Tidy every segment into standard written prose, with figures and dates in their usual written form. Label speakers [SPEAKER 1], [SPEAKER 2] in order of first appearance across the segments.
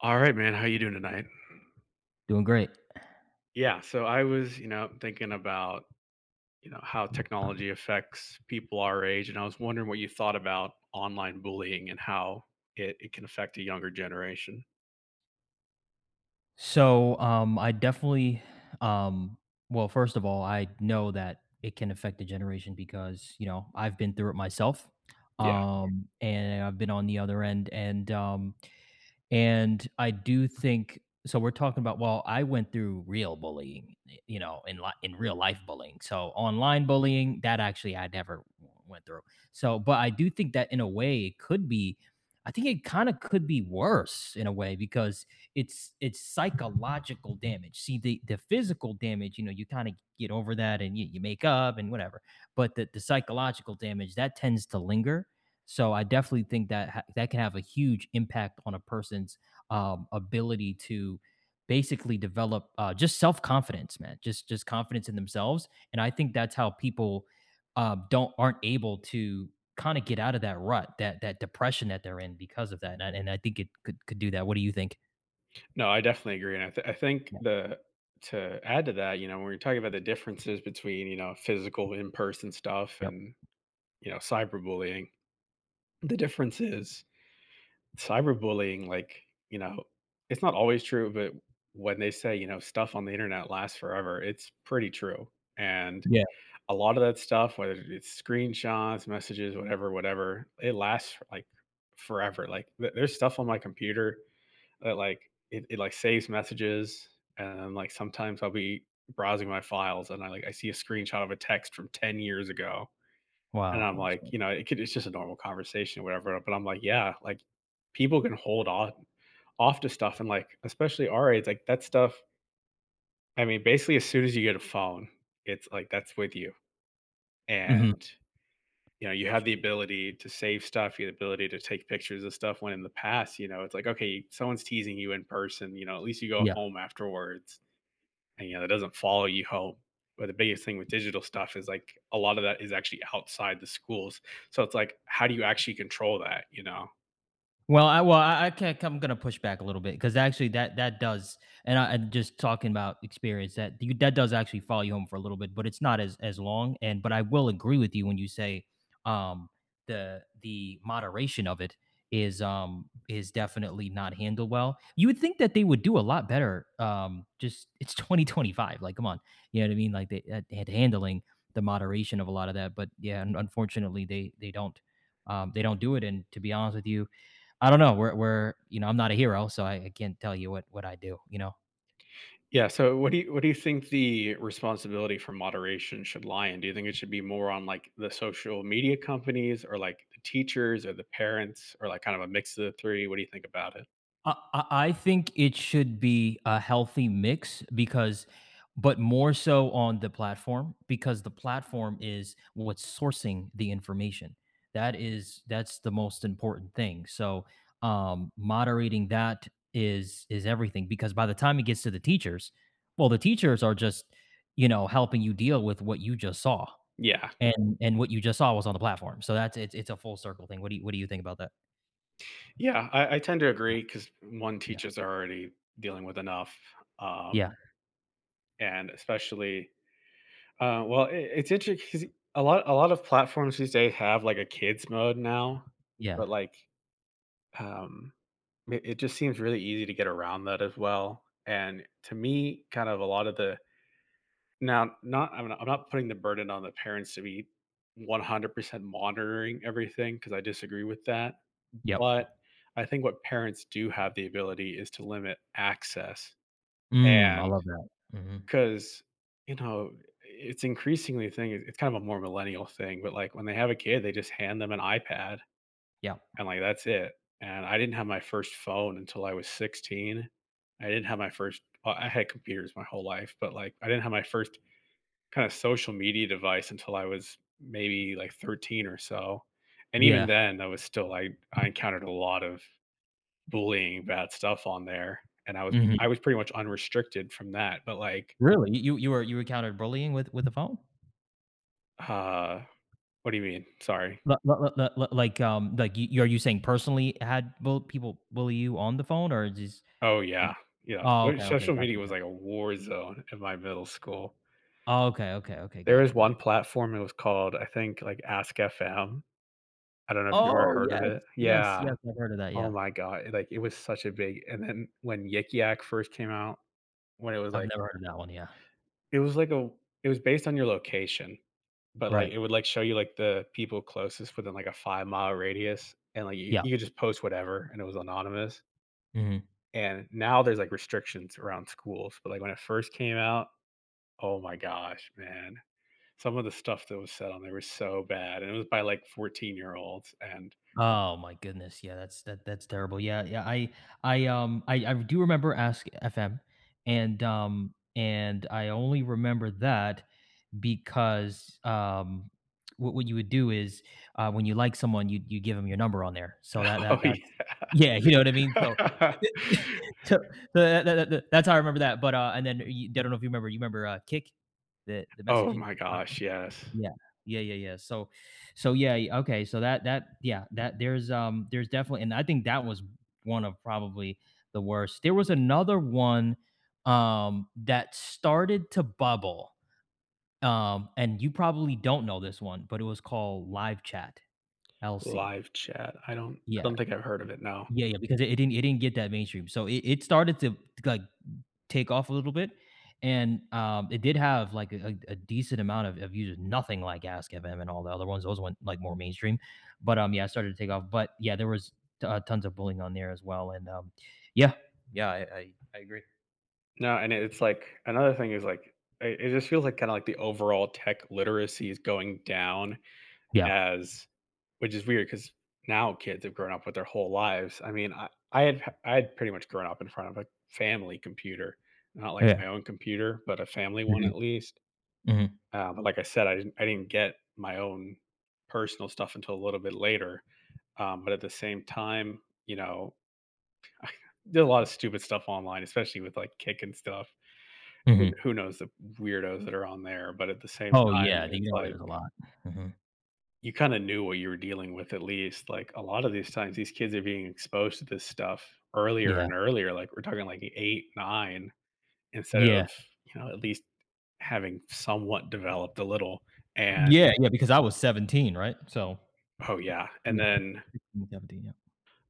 [SPEAKER 1] All right, man. How you doing tonight?
[SPEAKER 2] Doing great.
[SPEAKER 1] Yeah, so I was, thinking about, how technology affects people our age, and I was wondering what you thought about online bullying and how it can affect a younger generation.
[SPEAKER 2] So, I definitely, um, well, first of all, I know that it can affect the generation because, you know, I've been through it myself.
[SPEAKER 1] Yeah.
[SPEAKER 2] And I've been on the other end. And I do think, so we're talking about well, I went through real bullying, y you know, in real life bullying. So online bullying, that actually I never w went through. So, but I do think that in a way it could be I think it kinda could be worse in a way because it's psychological damage. See, the physical damage, you know, you kinda get over that and you make up and whatever, but the psychological damage, that tends to linger. So I definitely think that can have a huge impact on a person's ability to basically develop just self confidence, man. Just confidence in themselves, and I think that's how people don't aren't able to kind of get out of that rut, that depression that they're in because of that. And I think it could do that. What do you think?
[SPEAKER 1] No, I definitely agree, and I think
[SPEAKER 2] Yeah.
[SPEAKER 1] the to add to that, you know, when we're talking about the differences between you know physical in person stuff
[SPEAKER 2] Yep.
[SPEAKER 1] and you know cyberbullying, the difference is cyberbullying, you know, it's not always true, but when they say, you know, stuff on the internet lasts forever, it's pretty true. And
[SPEAKER 2] Yeah.
[SPEAKER 1] a lot of that stuff, whether it's screenshots, messages, whatever, whatever, it lasts for, like forever. Like there's stuff on my computer that like it like saves messages, and like sometimes I'll be browsing my files and I see a screenshot of a text from 10 years ago,
[SPEAKER 2] Wow.
[SPEAKER 1] and I'm
[SPEAKER 2] Holy
[SPEAKER 1] like,
[SPEAKER 2] smokes.
[SPEAKER 1] you know, it's just a normal conversation or whatever, but I'm like, yeah, like people can hold on off to stuff and like especially our age, like that stuff, I mean, basically as soon as you get a phone, it's like that's with you.
[SPEAKER 2] Hmm.
[SPEAKER 1] And you know, you have the ability to save stuff, you have the ability to take pictures of stuff when in the past, you know, it's like, okay, someone's teasing you in person, you know, at least you go
[SPEAKER 2] Yeah.
[SPEAKER 1] home afterwards and you know that doesn't follow you home, but the biggest thing with digital stuff is like a lot of that is actually outside the schools, so it's like how do you actually control that, you know?
[SPEAKER 2] Well, I can't. I'm gonna push back a little bit because actually, that does, and I am just talking about experience, that does actually follow you home for a little bit, but it's not as long. And but I will agree with you when you say, um, the moderation of it is definitely not handled well. You would think that they would do a lot better. Just it's 2025. Like, come on, you know what I mean? Like they, at handling the moderation of a lot of that, but yeah, unfortunately, they don't. They don't do it, and to be honest with you, I don't know. We're, you know, I'm not a hero, so I can't tell you what I do. You know,
[SPEAKER 1] Yeah, so what do you think the responsibility for moderation should lie in? Do you think it should be more on like the social media companies or like the teachers or the parents or like kind of a mix of the three? What do you think about it?
[SPEAKER 2] I think it should be a healthy mix, because but more so on the platform, because the platform is what's sourcing the information. That is that's the most important thing. So, moderating that is everything, because by the time it gets to the teachers, well the teachers are just, you know, helping you deal with what you just saw.
[SPEAKER 1] yeah
[SPEAKER 2] And what you just saw was on the platform. So that's it's a full circle thing. What do you think about that?
[SPEAKER 1] yeah, I tend to agree because one,
[SPEAKER 2] Yeah.
[SPEAKER 1] teachers are already dealing with enough, um,
[SPEAKER 2] Yeah.
[SPEAKER 1] and especially well, I it's interesting 'cause a lot of platforms these days have, like, a kids mode now,
[SPEAKER 2] Yeah.
[SPEAKER 1] but, like, um, it it just seems really easy to get around that as well, and to me, kind of a lot of the now, not I'm not putting the burden on the parents to be 100% monitoring everything because I disagree with that,
[SPEAKER 2] Yep.
[SPEAKER 1] but I think what parents do have the ability is to limit access,
[SPEAKER 2] Mm, I
[SPEAKER 1] and
[SPEAKER 2] love that. Mhm.
[SPEAKER 1] 'cause, you know, it's increasingly a thing, it's kind of a more millennial thing, but, like, when they have a kid, they just hand them an iPad
[SPEAKER 2] Yeah.
[SPEAKER 1] and, like, that's it, and I didn't have my first phone until I was 16. I didn't have my first well, I had computers my whole life, but, like, I didn't have my first kinda social media device until I was maybe, like, 13 or so, and even
[SPEAKER 2] Yeah.
[SPEAKER 1] then, I was still like, I encountered a lot of bullying, bad stuff on there, and I
[SPEAKER 2] Mhm.
[SPEAKER 1] was pretty much unrestricted from that, but, like,
[SPEAKER 2] Really? You encountered bullying with a phone?
[SPEAKER 1] uh What do you mean? Sorry.
[SPEAKER 2] Are you saying personally had bull people bully you on the phone, or just
[SPEAKER 1] Oh,
[SPEAKER 2] um
[SPEAKER 1] yeah. Yeah.
[SPEAKER 2] Oh,
[SPEAKER 1] So
[SPEAKER 2] okay, okay,
[SPEAKER 1] social
[SPEAKER 2] got
[SPEAKER 1] media
[SPEAKER 2] you,
[SPEAKER 1] was
[SPEAKER 2] got
[SPEAKER 1] like a war zone in my middle school.
[SPEAKER 2] Oh, okay, okay, okay,
[SPEAKER 1] There
[SPEAKER 2] got
[SPEAKER 1] was
[SPEAKER 2] you, got you.
[SPEAKER 1] one platform, it was called, I think, like Ask FM. I don't know if you ever
[SPEAKER 2] Oh,
[SPEAKER 1] heard of
[SPEAKER 2] yes,
[SPEAKER 1] it.
[SPEAKER 2] yes,
[SPEAKER 1] Yeah.
[SPEAKER 2] yes, I've heard of that,
[SPEAKER 1] Oh
[SPEAKER 2] yeah.
[SPEAKER 1] my god. Like it was such a big, and then when Yik Yak first came out, when
[SPEAKER 2] I've never heard of that one, yeah.
[SPEAKER 1] it was like a it was based on your location, but like
[SPEAKER 2] Right.
[SPEAKER 1] it would like show you like the people closest within like a 5-mile radius, and like
[SPEAKER 2] Yeah.
[SPEAKER 1] you could just post whatever and it was anonymous.
[SPEAKER 2] Mhm.
[SPEAKER 1] And now there's, like, restrictions around schools, but, like, when it first came out, oh my gosh, man. Some of the stuff that was said on there was so bad, and it was by, like, 14-year-olds, and
[SPEAKER 2] Oh my goodness. Yeah, that's terrible. Yeah, yeah. I do remember Ask FM, and I only remember that because what you would do is, when you like someone, you give them your number on there. So that
[SPEAKER 1] oh,
[SPEAKER 2] that that's yeah, you know what I mean? So
[SPEAKER 1] yeah.
[SPEAKER 2] so that's how I remember that. But and then, I don't know if you remember, Kick, the
[SPEAKER 1] Oh
[SPEAKER 2] messaging
[SPEAKER 1] my
[SPEAKER 2] platform?
[SPEAKER 1] gosh, yes.
[SPEAKER 2] Yeah. Yeah, yeah, yeah. So, yeah, y okay, so that yeah, that there's definitely, and I think that was one of probably the worst. There was another one, that started to bubble, and you probably don't know this one, but it was called Live Chat, LC.
[SPEAKER 1] Live chat. I
[SPEAKER 2] Yeah.
[SPEAKER 1] don't think I've heard of it, no.
[SPEAKER 2] Yeah, yeah, because it didn't get that mainstream. So it started to, like, take off a little bit. And it did have like a decent amount of users, nothing like Ask FM and all the other ones. Those went like more mainstream. But yeah, I started to take off. But yeah, there was tons of bullying on there as well. And yeah, yeah, I agree.
[SPEAKER 1] No, and it's, like, another thing is, like, it just feels like kinda like the overall tech literacy is going down
[SPEAKER 2] Yeah.
[SPEAKER 1] as which is weird because now kids have grown up with their whole lives. I mean, I had pretty much grown up in front of a family computer, not like
[SPEAKER 2] Yeah.
[SPEAKER 1] my own computer, but a family one
[SPEAKER 2] Hmm.
[SPEAKER 1] at least.
[SPEAKER 2] Hmm.
[SPEAKER 1] But like I said, I didn't get my own personal stuff until a little bit later. But at the same time, you know, there's a lot of stupid stuff online, especially with like kick and stuff.
[SPEAKER 2] Hmm.
[SPEAKER 1] Who knows the weirdos that are on there? But at the same
[SPEAKER 2] Oh
[SPEAKER 1] time,
[SPEAKER 2] yeah,
[SPEAKER 1] it's
[SPEAKER 2] you know,
[SPEAKER 1] like
[SPEAKER 2] there's a lot. Hmm.
[SPEAKER 1] you kind of knew what you were dealing with at least. Like a lot of these times, these kids are being exposed to this stuff earlier
[SPEAKER 2] Yeah,
[SPEAKER 1] and earlier. Like we're talking like eight, nine, instead
[SPEAKER 2] yeah,
[SPEAKER 1] of, you know, at least having somewhat developed a little. And
[SPEAKER 2] yeah, yeah. Because I was 17, right? So
[SPEAKER 1] oh, yeah. And
[SPEAKER 2] yeah,
[SPEAKER 1] then
[SPEAKER 2] 16, 17, yeah,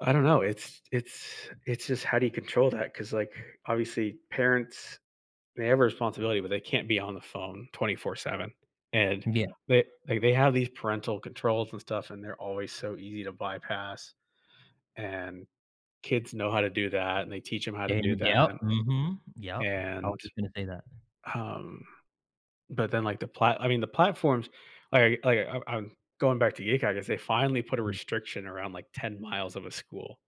[SPEAKER 1] I don't know. It's just how do you control that? 'Cause like obviously parents, they have a responsibility, but they can't be on the phone 24 seven. And
[SPEAKER 2] yeah,
[SPEAKER 1] they, like, they have these parental controls and stuff, and they're always so easy to bypass. And kids know how to do that, and they teach them how to do
[SPEAKER 2] and, yep,
[SPEAKER 1] that,
[SPEAKER 2] hmm, yep. I was
[SPEAKER 1] and,
[SPEAKER 2] just gonna say that.
[SPEAKER 1] um, but then, like, the plat I mean, the platforms I'm going back to Geek. I guess they finally put a
[SPEAKER 2] Mm,
[SPEAKER 1] restriction around, like, 10 miles of a school.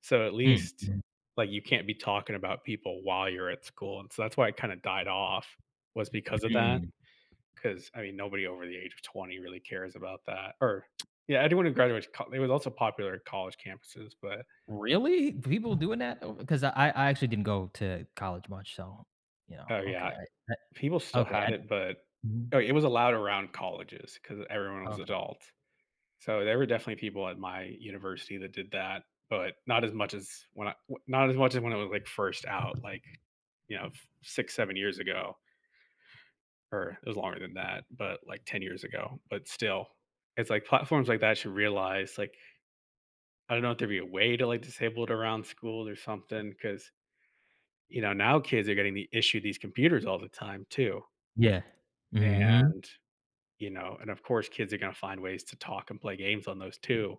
[SPEAKER 1] So, at least,
[SPEAKER 2] mm,
[SPEAKER 1] like, you can't be talking about people while you're at school, and so that's why it kinda died off, was because of that.
[SPEAKER 2] mm.
[SPEAKER 1] Because I mean, nobody over the age of 20 really cares about that, or yeah, anyone who graduates co it was also popular at college campuses, but,
[SPEAKER 2] Really? People doing that? Oh, because I actually didn't go to college much, so, you know,
[SPEAKER 1] oh,
[SPEAKER 2] okay,
[SPEAKER 1] yeah,
[SPEAKER 2] I
[SPEAKER 1] people still
[SPEAKER 2] okay,
[SPEAKER 1] had
[SPEAKER 2] I
[SPEAKER 1] it, but
[SPEAKER 2] mhm,
[SPEAKER 1] oh, it was allowed around colleges because everyone was
[SPEAKER 2] okay,
[SPEAKER 1] adult. So, there were definitely people at my university that did that, but not as much as when I w not as much as when it was, like, first out, like, you know, f 6, 7 years ago, or it was longer than that, but, like, 10 years ago, but still. It's like platforms like that should realize, like, I don't know if there'd be a way to, like, disable it around school or something, because you know, now kids are getting the issue these computers all the time too,
[SPEAKER 2] yeah, mhm.
[SPEAKER 1] and you know, and of course, kids are gonna find ways to talk and play games on those too,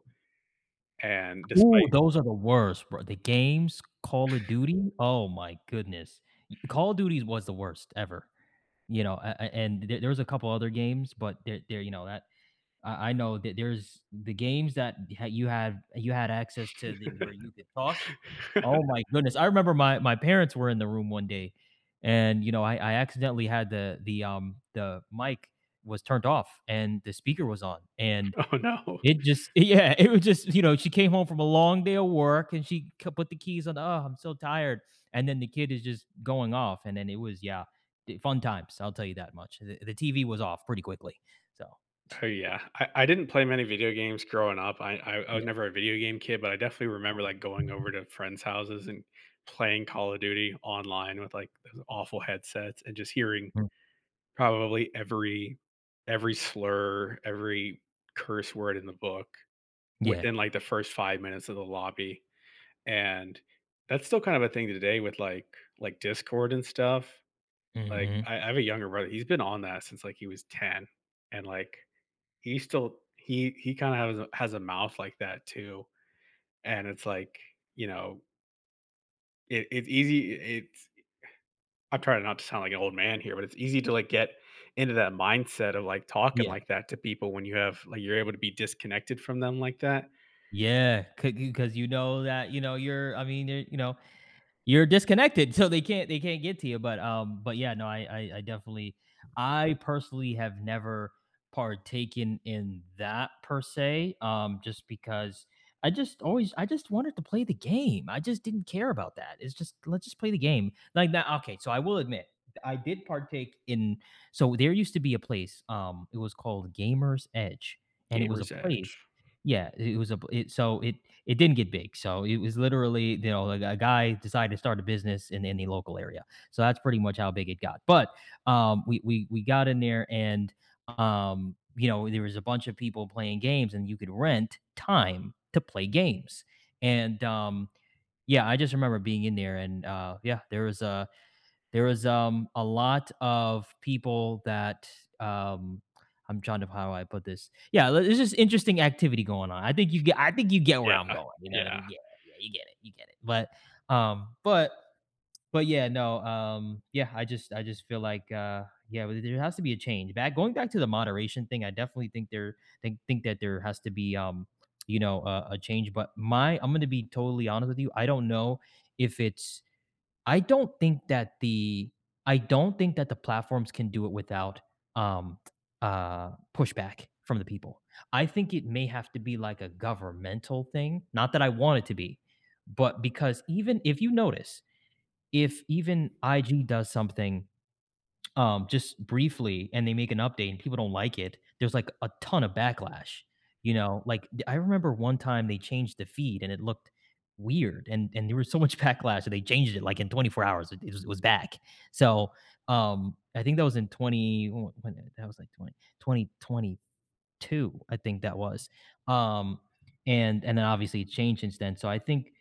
[SPEAKER 1] and
[SPEAKER 2] Ooh,
[SPEAKER 1] despite
[SPEAKER 2] those are the worst, bro. The games, Call of Duty, oh my goodness. Y Call of Duty was the worst ever, you know, a and there was a couple other games, but there you know, that I know that there's the games, that ha you had access to the, where you could talk. Oh my goodness. I remember my parents were in the room one day, and, you know, I accidentally had the mic was turned off and the speaker was on, and
[SPEAKER 1] Oh, no.
[SPEAKER 2] it just yeah, it was just, you know, she came home from a long day of work, and she c put the keys on, "Oh, I'm so tired," and then the kid is just going off, and then it was yeah, d fun times, I'll tell you that much. The TV was off pretty quickly. So,
[SPEAKER 1] Oh, yeah. I didn't play many video games growing up. I was
[SPEAKER 2] yeah.
[SPEAKER 1] never a video game kid, but I definitely remember,
[SPEAKER 2] Okay.
[SPEAKER 1] like, going over to friends' houses and playing Call of Duty online with, like, those awful headsets and just hearing
[SPEAKER 2] Mm.
[SPEAKER 1] probably every slur, every curse word in the book
[SPEAKER 2] Yeah.
[SPEAKER 1] within, like, the first 5 minutes of the lobby. And that's still kind of a thing today with, like, Discord and stuff. Like,
[SPEAKER 2] Mhm.
[SPEAKER 1] I have a younger brother, he's been on that since, like, he was 10, and, like, he kinda has a mouth like that too, and it's like, you know, it's easy it's I'm trying not to sound like an old man here, but it's easy to, like, get into that mindset of, like, talking
[SPEAKER 2] Yeah.
[SPEAKER 1] like that to people when you have like, you're able to be disconnected from them like that.
[SPEAKER 2] Yeah, because you know that you know you're. I mean, you're, you know you're disconnected, so they can't get to you. But yeah, no, I definitely, I personally have never partaken in that per se. Just because, I just wanted to play the game. I just didn't care about that. It's just, let's just play the game like that. Okay, so I will admit, I did partake in. So there used to be a place. It was called Gamers Edge, and it was a
[SPEAKER 1] Gamer's
[SPEAKER 2] place
[SPEAKER 1] Edge.
[SPEAKER 2] yeah, it was a it so it didn't get big, so it was literally, you know, like a guy decided to start a business in the local area. So that's pretty much how big it got, but, we got in there, and, you know, there was a bunch of people playing games and you could rent time to play games, and, yeah, I just remember being in there and, yeah, there was a lot of people that um I'm trying to how I put this. Yeah, there's just interesting activity going on. I think you get where I'm
[SPEAKER 1] Yeah,
[SPEAKER 2] going. You know what I
[SPEAKER 1] yeah,
[SPEAKER 2] mean? Yeah, yeah, you get it. You get it. But um but but yeah, no, yeah, I just feel like yeah, but there has to be a change. Back going back to the moderation thing. I definitely think that there has to be, you know, a change. But my I'm going to be totally honest with you, I don't know if it's I don't think that the I don't think that the platforms can do it without um pushback from the people. I think it may have to be like a governmental thing, not that I want it to be, but because even if you notice, if even IG does something, just briefly, and they make an update and people don't like it, there's like a ton of backlash. You know, like I remember one time they changed the feed and it looked weird, and there was so much backlash that they changed it, like, in 24 hours. It was back. So, I think that was in 20. When, that was like 20, 2022. I think that was. Um, and then obviously it changed since then. So I think,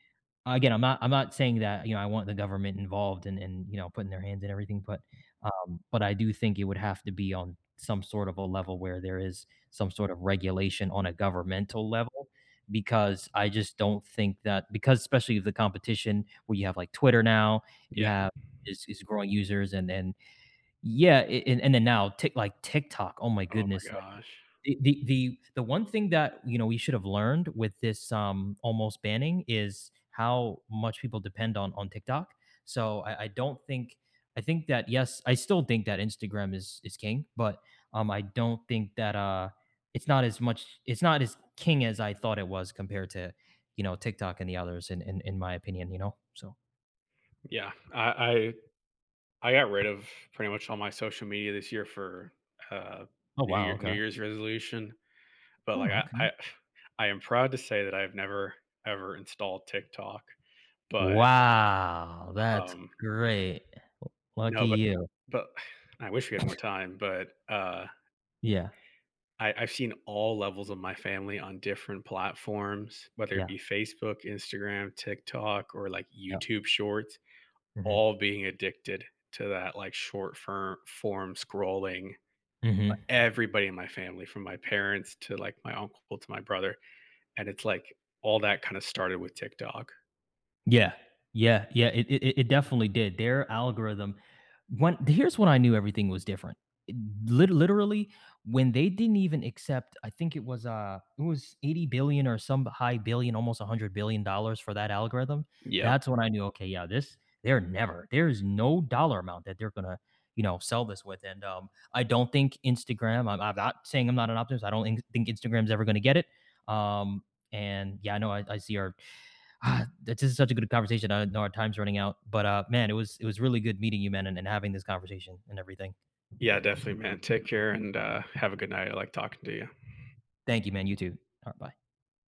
[SPEAKER 2] again, I'm not saying that, you know, I want the government involved, and, you know, putting their hands in everything, but I do think it would have to be on some sort of a level where there is some sort of regulation on a governmental level, because I just don't think that, because especially of the competition, where you have, like, Twitter now, you
[SPEAKER 1] yeah.
[SPEAKER 2] have, is growing users, and then yeah, a and then now, TikTok, oh my
[SPEAKER 1] Oh my
[SPEAKER 2] goodness, like,
[SPEAKER 1] gosh.
[SPEAKER 2] the one thing that, you know, we should have learned with this, almost banning, is how much people depend on TikTok. So I don't think I think that, yes, I still think that Instagram is king, but, I don't think that, it's not as much, it's not as king as I thought it was compared to, you know, TikTok and the others, in my opinion, you know? So
[SPEAKER 1] Yeah, I I got rid of pretty much all my social media this year for uh,
[SPEAKER 2] Oh, wow, okay.
[SPEAKER 1] New Year's resolution, but
[SPEAKER 2] Oh, okay.
[SPEAKER 1] I am proud to say that I've never ever installed TikTok, but
[SPEAKER 2] Wow, that's
[SPEAKER 1] um
[SPEAKER 2] great. Lucky
[SPEAKER 1] no,
[SPEAKER 2] you.
[SPEAKER 1] but I wish we had more time, but
[SPEAKER 2] Yeah,
[SPEAKER 1] I've seen all levels of my family on different platforms, whether it
[SPEAKER 2] yeah,
[SPEAKER 1] be Facebook, Instagram, TikTok, or like
[SPEAKER 2] Yeah.
[SPEAKER 1] YouTube Shorts, all being addicted to that like form scrolling,
[SPEAKER 2] Mhm.
[SPEAKER 1] everybody in my family from my parents to, like, my uncle to my brother, and it's, like, all that kinda started with TikTok.
[SPEAKER 2] Yeah. Yeah. Yeah. It it definitely did. Their algorithm, when here's when I knew everything was different. It lit Literally, when they didn't even accept, I think it was 80,000,000,000 or some high billion, almost $100,000,000,000 for that algorithm.
[SPEAKER 1] Yep.
[SPEAKER 2] That's when I knew, okay, yeah, this, they're never, there's no dollar amount that they're gonna, you know, sell this with, and, I don't think Instagram I'm not saying I'm not an optimist, I don't think Instagram's ever gonna get it, um, and, yeah, I know I see our Ah, this is such a good conversation. I know our time's running out, but man, it was really good meeting you, man, and having this conversation and everything.
[SPEAKER 1] Yeah, definitely, man. Take care and, have a good night. I like talking to you.
[SPEAKER 2] Thank you, man. You too. All right, bye.